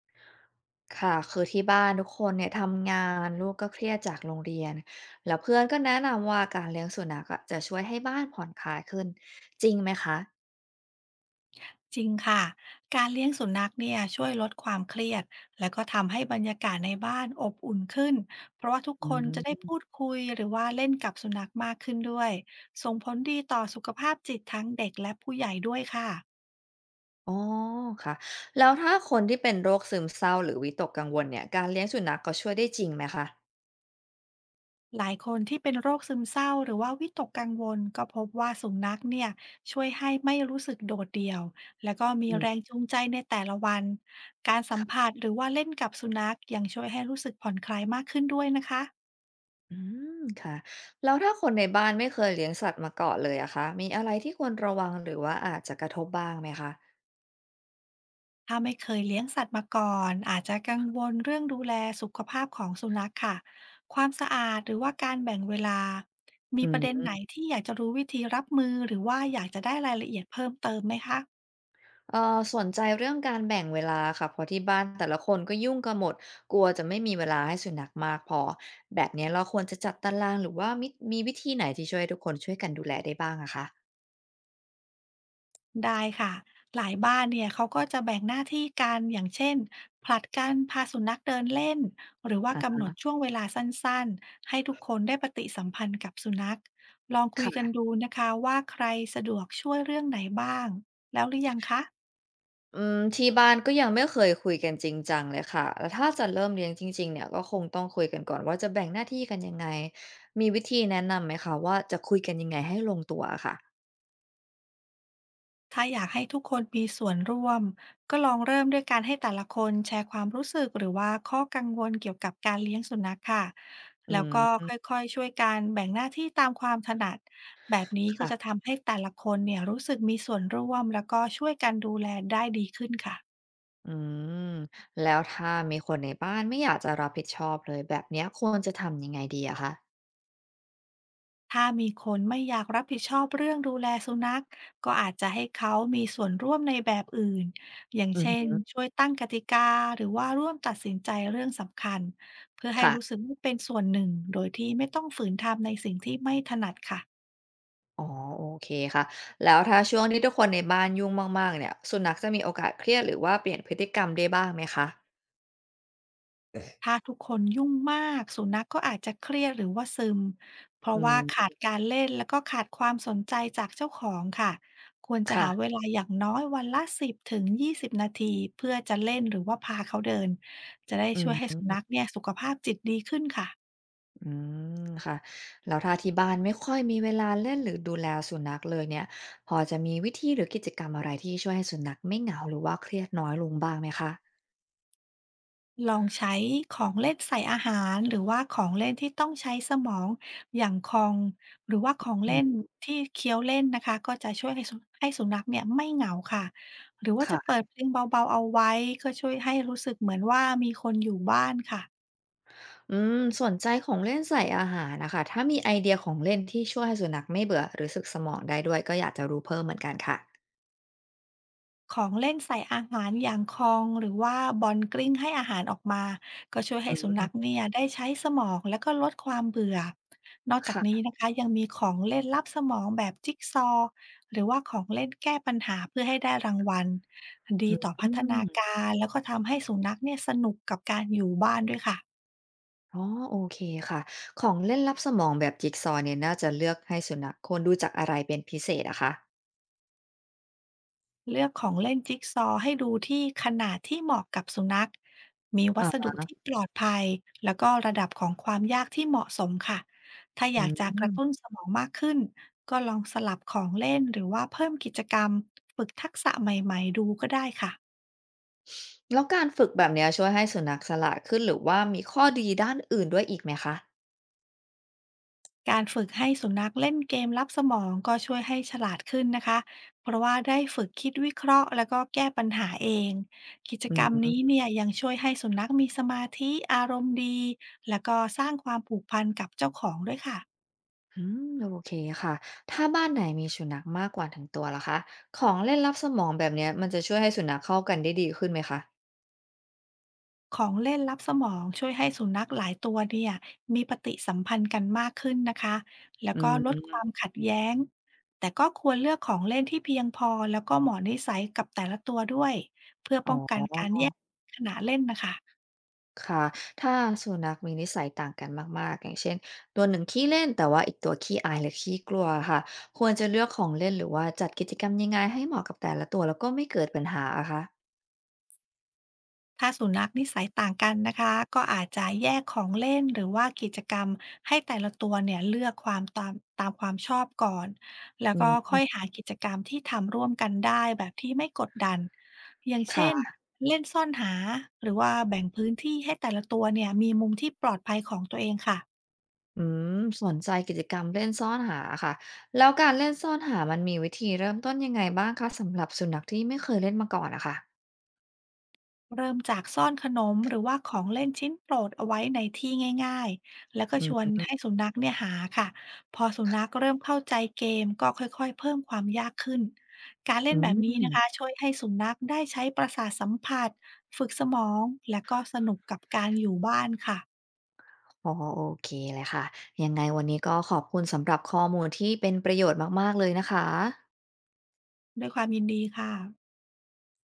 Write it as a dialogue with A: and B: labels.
A: ค่ะคือที่บ้านทุกคนเนี่ยทำงานลูกก็เครียดจากโรงเรียนแล้วเพื่อนก็แนะนำว่าการเลี้ยงสุนัขอะจะช่วยให้บ้านผ่อนคลายขึ้นจริงไหมคะ
B: จริงค่ะ การเลี้ยงสุนัขเนี่ยช่วยลดความเครียดแล้วก็ทำให้บรรยากาศในบ้านอบอุ่นขึ้น เพราะว่าทุก
A: อื
B: คนจะได้
A: ม
B: พูดคุยหรือว่าเล่นกับสุนัขมากขึ้นด้วย ส่งผลดีต่อสุขภาพจิตทั้งเด็กและผู้ใหญ่ด้วยค่ะ
A: อ๋อค่ะแล้วถ้าคนที่เป็นโรคซึมเศร้าหรือวิตกกังวลเนี่ยการเลี้ยงสุนัขก็ช่วยได้จริงไหมคะ
B: หลายคนที่เป็นโรคซึมเศร้าหรือว่าวิตกกังวลก็พบว่าสุนัขเนี่ยช่วยให้ไม่รู้สึกโดดเดี่ยวแล้วก็มี
A: อื
B: แรง
A: ม
B: จูงใจในแต่ละวันการสัม
A: ค่ะ
B: ผัสหรือว่าเล่นกับสุนัขยังช่วยให้รู้สึกผ่อนคลายมากขึ้นด้วยนะคะ
A: อืมค่ะแล้วถ้าคนในบ้านไม่เคยเลี้ยงสัตว์มาก่อนเลยอะคะมีอะไรที่ควรระวังหรือว่าอาจจะกระทบบ้างไหมคะ
B: ถ้าไม่เคยเลี้ยงสัตว์มาก่อนอาจจะกังวลเรื่องดูแลสุขภาพของสุนัขค่ะความสะอาดหรือว่าการแบ่งเวลามี
A: อื
B: ประเด็นไหน
A: ม
B: ที่อยากจะรู้วิธีรับมือหรือว่าอยากจะได้รายละเอียดเพิ่มเติมไหมคะ
A: สนใจเรื่องการแบ่งเวลาค่ะเพราะที่บ้านแต่ละคนก็ยุ่งกันหมดกลัวจะไม่มีเวลาให้สุนัขมากพอแบบนี้เราควรจะจัดตารางหรือว่ามีวิธีไหนที่ช่วยให้ทุกคนช่วยกันดูแลได้บ้างอะคะ
B: ได้ค่ะหลายบ้านเนี่ยเขาก็จะแบ่งหน้าที่กันอย่างเช่นผลัดกันพาสุนัขเดินเล่นหรือว่ากำห
A: อะ
B: นดช่วงเวลาสั้นๆให้ทุกคนได้ปฏิสัมพันธ์กับสุนัขลองคุยกัน
A: ค่ะ
B: ดูนะคะว่าใครสะดวกช่วยเรื่องไหนบ้างแล้วหรือยังคะ
A: อืมที่บ้านก็ยังไม่เคยคุยกันจริงจังเลยค่ะแล้วถ้าจะเริ่มเลี้ยงจริงๆเนี่ยก็คงต้องคุยกันก่อนว่าจะแบ่งหน้าที่กันยังไงมีวิธีแนะนำไหมคะว่าจะคุยกันยังไงให้ลงตัวอะค่ะ
B: ถ้าอยากให้ทุกคนมีส่วนร่วมก็ลองเริ่มด้วยการให้แต่ละคนแชร์ความรู้สึกหรือว่าข้อกังวลเกี่ยวกับการเลี้ยงสุนัขค่ะ
A: อื
B: แล้วก็ค
A: ม
B: ่อยๆช่วยกันแบ่งหน้าที่ตามความถนัดแบบนี้ก็จะ
A: ค่ะ
B: ทำให้แต่ละคนเนี่ยรู้สึกมีส่วนร่วมแล้วก็ช่วยกันดูแลได้ดีขึ้นค่ะ
A: อืมแล้วถ้ามีคนในบ้านไม่อยากจะรับผิดชอบเลยแบบเนี้ยควรจะทำยังไงดีอะคะ
B: ถ้ามีคนไม่อยากรับผิดชอบเรื่องดูแลสุนัขก็อาจจะให้เขามีส่วนร่วมในแบบอื่นอย่าง
A: อือ
B: เช่น
A: ฮึ
B: ช่วยตั้งกติกาหรือว่าร่วมตัดสินใจเรื่องสำคัญเพื่อให้รู้
A: ค่ะ
B: สึกว่าเป็นส่วนหนึ่งโดยที่ไม่ต้องฝืนทำในสิ่งที่ไม่ถนัดค่ะ
A: อ๋อโอเคค่ะแล้วถ้าช่วงนี้ทุกคนในบ้านยุ่งมากๆเนี่ยสุนัขจะมีโอกาสเครียดหรือว่าเปลี่ยนพฤติกรรมได้บ้างไหมคะ
B: ถ้าทุกคนยุ่งมากสุนัขก็อาจจะเครียดหรือว่าซึมเพราะ
A: อื
B: ว่า
A: ม
B: ขาดการเล่นแล้วก็ขาดความสนใจจากเจ้าของค่ะควรจะหาเว
A: ค่ะ
B: ลาอย่างน้อยวันละ10ถึง20นาทีเพื่อจะเล่นหรือว่าพาเขาเดินจะได้
A: อื
B: ช่ว
A: ม
B: ยให้สุนัขเนี่ยสุขภาพจิตดีขึ้นค่ะ
A: อืมค่ะแล้วถ้าที่บ้านไม่ค่อยมีเวลาเล่นหรือดูแลสุนัขเลยเนี่ยพอจะมีวิธีหรือกิจกรรมอะไรที่ช่วยให้สุนัขไม่เหงาหรือว่าเครียดน้อยลงบ้างไหมคะ
B: ลองใช้ของเล่นใส่อาหารหรือว่าของเล่นที่ต้องใช้สมองอย่างคองหรือว่าของ
A: อื
B: เล่น
A: ม
B: ที่เคี้ยวเล่นนะคะก็จะช่วยให้สุนัขเนี่ยไม่เหงาค่ะหรือว่าจะเปิด
A: ค่ะ
B: เพลงเบาๆเอาไว้ก็ช่วยให้รู้สึกเหมือนว่ามีคนอยู่บ้านค่ะ
A: อืมสนใจของเล่นใส่อาหารนะคะถ้ามีไอเดียของเล่นที่ช่วยให้สุนัขไม่เบื่อหรือสึกสมองได้ด้วยก็อยากจะรู้เพิ่มเหมือนกันค่ะ
B: ของเล่นใส่อาหารอย่างคองหรือว่าบอลกลิ้งให้อาหารออกมาก็ช่วยให้
A: อื
B: สุนัข
A: ม
B: เนี่ยได้ใช้สมองและก็ลดความเบื่อนอกจากนี้
A: ค่ะ
B: นะคะยังมีของเล่นลับสมองแบบจิ๊กซอว์หรือว่าของเล่นแก้ปัญหาเพื่อให้ได้รางวัลดีต่อพั
A: อื
B: ฒนา
A: ม
B: การแล้วก็ทำให้สุนัขเนี่ยสนุกกับการอยู่บ้านด้วยค่ะ
A: อ๋อโอเคค่ะของเล่นรับสมองแบบจิกซอว์เนี่ยน่าจะเลือกให้สุนัขควรดูจากอะไรเป็นพิเศษอะคะ
B: เลือกของเล่นจิกซอว์ให้ดูที่ขนาดที่เหมาะกับสุนัขมีวั
A: อ
B: สดุ
A: ะ
B: ที่ปลอดภัยแล้วก็ระดับของความยากที่เหมาะสมค่ะ ถ้าอ
A: อื
B: ยากจะกระ
A: ม
B: ตุ้นสมองมากขึ้น ก็ลองสลับของเล่นหรือว่าเพิ่มกิจกรรมฝึกทักษะใหม่ๆดูก็ได้ค่ะ
A: แล้วการฝึกแบบเนี้ยช่วยให้สุนัขฉลาดขึ้นหรือว่ามีข้อดีด้านอื่นด้วยอีกไหมคะ
B: การฝึกให้สุนัขเล่นเกมลับสมองก็ช่วยให้ฉลาดขึ้นนะคะ เพราะว่าได้ฝึกคิดวิเคราะห์แล้วก็แก้ปัญหาเอง กิจ
A: อื
B: กร
A: ม
B: รมนี้เนี่ยยังช่วยให้สุนัขมีสมาธิอารมณ์ดีแล้วก็สร้างความผูกพันกับเจ้าของด้วยค่ะ
A: อืมโอเคค่ะถ้าบ้านไหนมีสุนัขมากกว่าถึงตัวล่ะคะของเล่นลับสมองแบบเนี้ยมันจะช่วยให้สุนัขเข้ากันได้ดีขึ้นไหมคะ
B: ของเล่นลับสมองช่วยให้สุนัขหลายตัวเนี่ยมีปฏิสัมพันธ์กันมากขึ้นนะคะแล้ว
A: อื
B: ก็ลดค
A: ม
B: วามขัดแย้งแต่ก็ควรเลือกของเล่นที่เพียงพอแล้วก็เหมาะนิสัยกับแต่ละตัวด้วยเพื่อ
A: อ๋
B: ป้องกัน
A: อ
B: การแย่งขณะเล่นนะคะ
A: ค่ะถ้าสุนัขมีนิสัยต่างกันมากๆอย่างเช่นตัวหนึ่งขี้เล่นแต่ว่าอีกตัวขี้อายหรือขี้กลัวค่ะควรจะเลือกของเล่นหรือว่าจัดกิจกรรมยังไงให้เหมาะกับแต่ละตัวแล้วก็ไม่เกิดปัญหาอะคะ
B: ถ้าสุนัขนิสัยต่างกันนะคะก็อาจจะแยกของเล่นหรือว่ากิจกรรมให้แต่ละตัวเนี่ยเลือกความตามความชอบก่อนแล้ว
A: อื
B: ก็ค่
A: ม
B: อยหากิจกรรมที่ทำร่วมกันได้แบบที่ไม่กดดันอย่างเช่น
A: ค่ะ
B: เล่นซ่อนหาหรือว่าแบ่งพื้นที่ให้แต่ละตัวเนี่ยมีมุมที่ปลอดภัยของตัวเองค่ะ
A: อืมสนใจกิจกรรมเล่นซ่อนหาค่ะแล้วการเล่นซ่อนหามันมีวิธีเริ่มต้นยังไงบ้างคะสำหรับสุนัขที่ไม่เคยเล่นมาก่อนอะค่ะ
B: เริ่มจากซ่อนขนมหรือว่าของเล่นชิ้นโปรดเอาไว้ในที่ง่ายๆ แล้วก็
A: อื
B: ชวน
A: ม
B: ให้สุนัขเนี่ยหาค่ะ พอสุนัขเริ่มเข้าใจเกมก็ค่อยๆเพิ่มความยากขึ้น การเล่
A: อื
B: นแบบนี้นะ
A: ม
B: คะช่วยให้สุนัขได้ใช้ประสาทสัมผัสฝึกสมองและก็สนุกกับการอยู่บ้านค่ะ
A: พอโอเคเลยค่ะยังไงวันนี้ก็ขอบคุณสำหรับข้อมูลที่เป็นประโยชน์มากๆเลยนะคะ
B: ด้วยความยินดีค่ะ